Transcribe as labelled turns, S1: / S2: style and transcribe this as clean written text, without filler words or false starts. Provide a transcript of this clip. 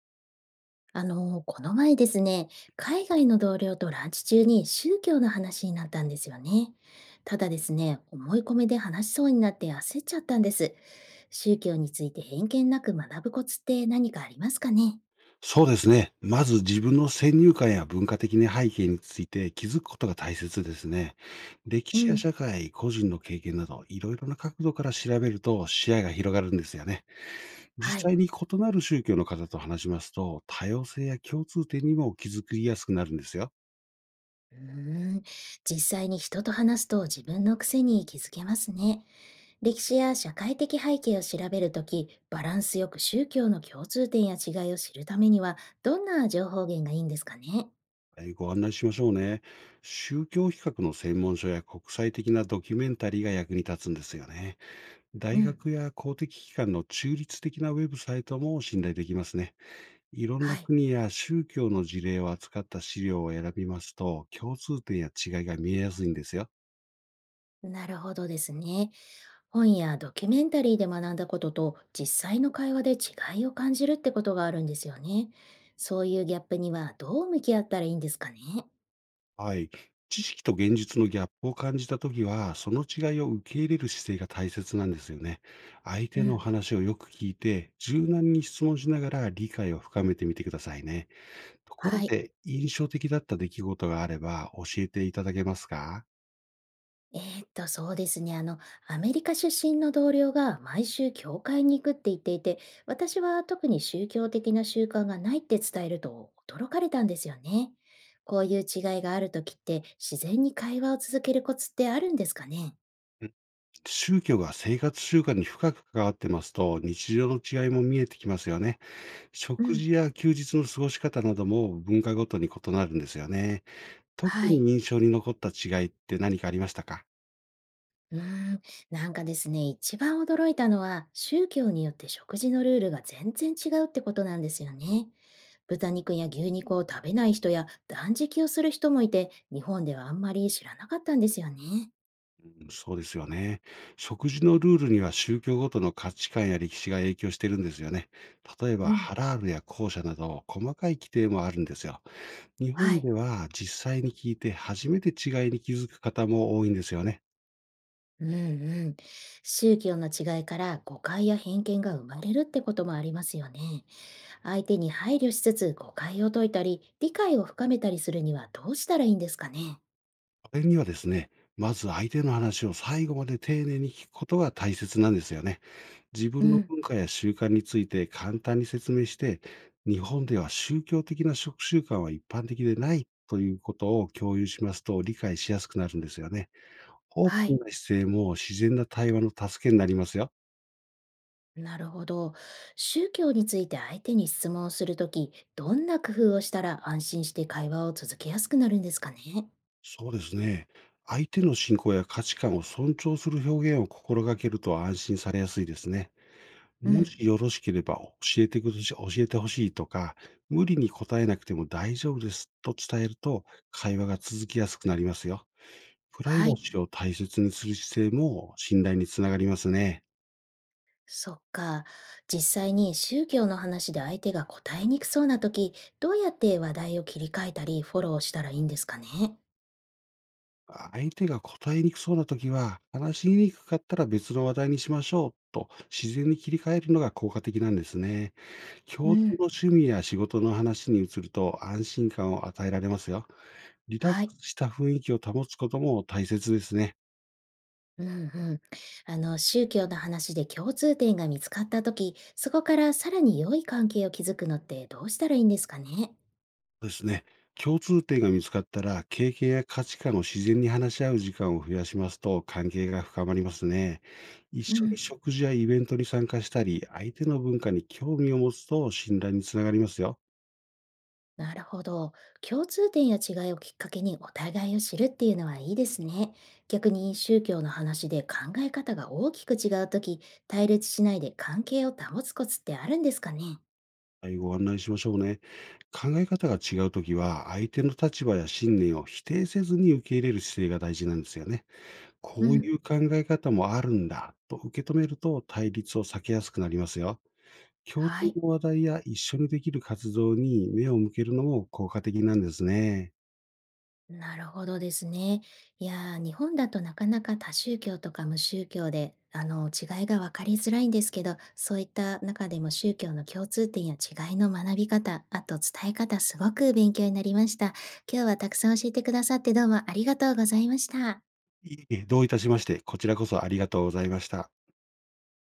S1: この前ですね、海外の同僚とランチ中に宗教の話になったんですよね。ただですね、思い込みで話しそうになって焦っちゃったんです。宗教について偏見なく学ぶコツって何かありますかね？
S2: そうですね。まず自分の先入観や文化的な背景について気づくことが大切ですね。歴
S1: う
S2: 史や
S1: ん、
S2: 社会、個人の経験など、いろいろな角度から調べると視野が広がるんですよね。
S1: は
S2: 実
S1: い。
S2: 際に異なる宗教の方と話しますと、多様性や共通点にも気づきやすくなるんですよ。
S1: うーん、実際に人と話すと自分の癖に気づけますね。歴史や社会的背景を調べるとき、バランスよく宗教の共通点や違いを知るためには、どんな情報源がいいんですかね？
S2: ご案内しましょうね。宗教比較の専門書や国際的なドキュメンタリーが役に立つんですよね。
S1: う
S2: 大
S1: ん。
S2: 学や公的機関の中立的なウェブサイトも信頼できますね。いろんな
S1: はい。
S2: 国や宗教の事例を扱った資料を選びますと、共通点や違いが見えやすいんですよ。
S1: なるほどですね。本やドキュメンタリーで学んだことと実際の会話で違いを感じるってことがあるんですよね。そういうギャップにはどう向き合ったらいいんですかね。
S2: はい。知識と現実のギャップを感じたときは、その違いを受け入れる姿勢が大切なんですよね。相
S1: う
S2: 手の
S1: ん、
S2: 話をよく聞いて、柔軟に質問しながら理解を深めてみてくださいね。ところ
S1: はい。
S2: で、印象的だった出来事があれば教えていただけますか？
S1: そうですね。アメリカ出身の同僚が毎週教会に行くって言っていて、私は特に宗教的な習慣がないって伝えると驚かれたんですよね。こういう違いがあるときって自然に会話を続けるコツってあるんですかね。
S2: うん。宗教が生活習慣に深く関わってますと、日常の違いも見えてきますよね。
S1: う
S2: 食
S1: ん、
S2: 事や休日の過ごし方なども文化ごとに異なるんですよね。特
S1: はい。
S2: に印象に残った違いって何かありましたか？
S1: うーん、なんかですね、一番驚いたのは、宗教によって食事のルールが全然違うってことなんですよね。豚肉や牛肉を食べない人や断食をする人もいて、日本ではあんまり知らなかったんですよね。
S2: うん、そうですよね。食事のルールには宗教ごとの価値観や歴史が影響してるんですよね。例えば、
S1: うん、
S2: ハラールや校舎など細かい規定もあるんですよ。日
S1: は
S2: 本
S1: い。
S2: では実際に聞いて初めて違いに気づく方も多いんですよね。
S1: うんうん。宗教の違いから誤解や偏見が生まれるってこともありますよね。相手に配慮しつつ誤解を解いたり、理解を深めたりするにはどうしたらいいんですかね。
S2: これにはですね、まず相手の話を最後まで丁寧に聞くことが大切なんですよね。自
S1: う
S2: 分の
S1: ん、
S2: 文化や習慣について簡単に説明して、日本では宗教的な食習慣は一般的でないということを共有しますと理解しやすくなるんですよね。オー
S1: は
S2: プン
S1: い。
S2: な姿勢も自然な対話の助けになりますよ。
S1: なるほど。宗教について相手に質問をするとき、どんな工夫をしたら安心して会話を続けやすくなるんですかね？
S2: そうですね。相手の信仰や価値観を尊重する表現を心がけると安心されやすいですね。
S1: う
S2: も
S1: ん。
S2: しよろしければ教えてくだし教えてほしいとか、無理に答えなくても大丈夫ですと伝えると、会話が続きやすくなりますよ。プライ
S1: は
S2: バ
S1: い。
S2: シーを大切にする姿勢も信頼につながりますね。
S1: そっか。実際に宗教の話で相手が答えにくそうなとき、どうやって話題を切り替えたりフォローしたらいいんですかね？
S2: 相手が答えにくそうな時は、話しにくかったら別の話題にしましょうと自然に切り替えるのが効果的なんですね。
S1: う
S2: 共通の
S1: ん。
S2: 趣味や仕事の話に移ると安心感を与えられますよ。リラック
S1: はい。
S2: スした雰囲気を保つことも大切ですね。
S1: うんうん。宗教の話で共通点が見つかったとき、そこからさらに良い関係を築くのってどうしたらいいんですかね？
S2: ですね。共通点が見つかったら、経験や価値観を自然に話し合う時間を増やしますと、関係が深まりますね。一
S1: う
S2: 緒に
S1: ん。
S2: 食事やイベントに参加したり、相手の文化に興味を持つと信頼につながりますよ。
S1: なるほど。共通点や違いをきっかけにお互いを知るっていうのはいいですね。逆に宗教の話で考え方が大きく違うとき、対立しないで関係を保つコツってあるんですかね？
S2: はい、ご案内しましょうね。考え方が違うときは、相手の立場や信念を否定せずに受け入れる姿勢が大事なんですよね。
S1: う
S2: こう
S1: ん。
S2: いう考え方もあるんだと受け止めると対立を避けやすくなりますよ。共通
S1: はい。
S2: の話題や一緒にできる活動に目を向けるのも効果的なんですね。
S1: なるほどですね。いやー、日本だとなかなか多宗教とか無宗教で、違いが分かりづらいんですけど、そういった中でも宗教の共通点や違いの学び方、あと伝え方、すごく勉強になりました。今日はたくさん教えてくださってどうもありがとうございました。
S2: いいえ、どういたしまして、こちらこそありがとうございました。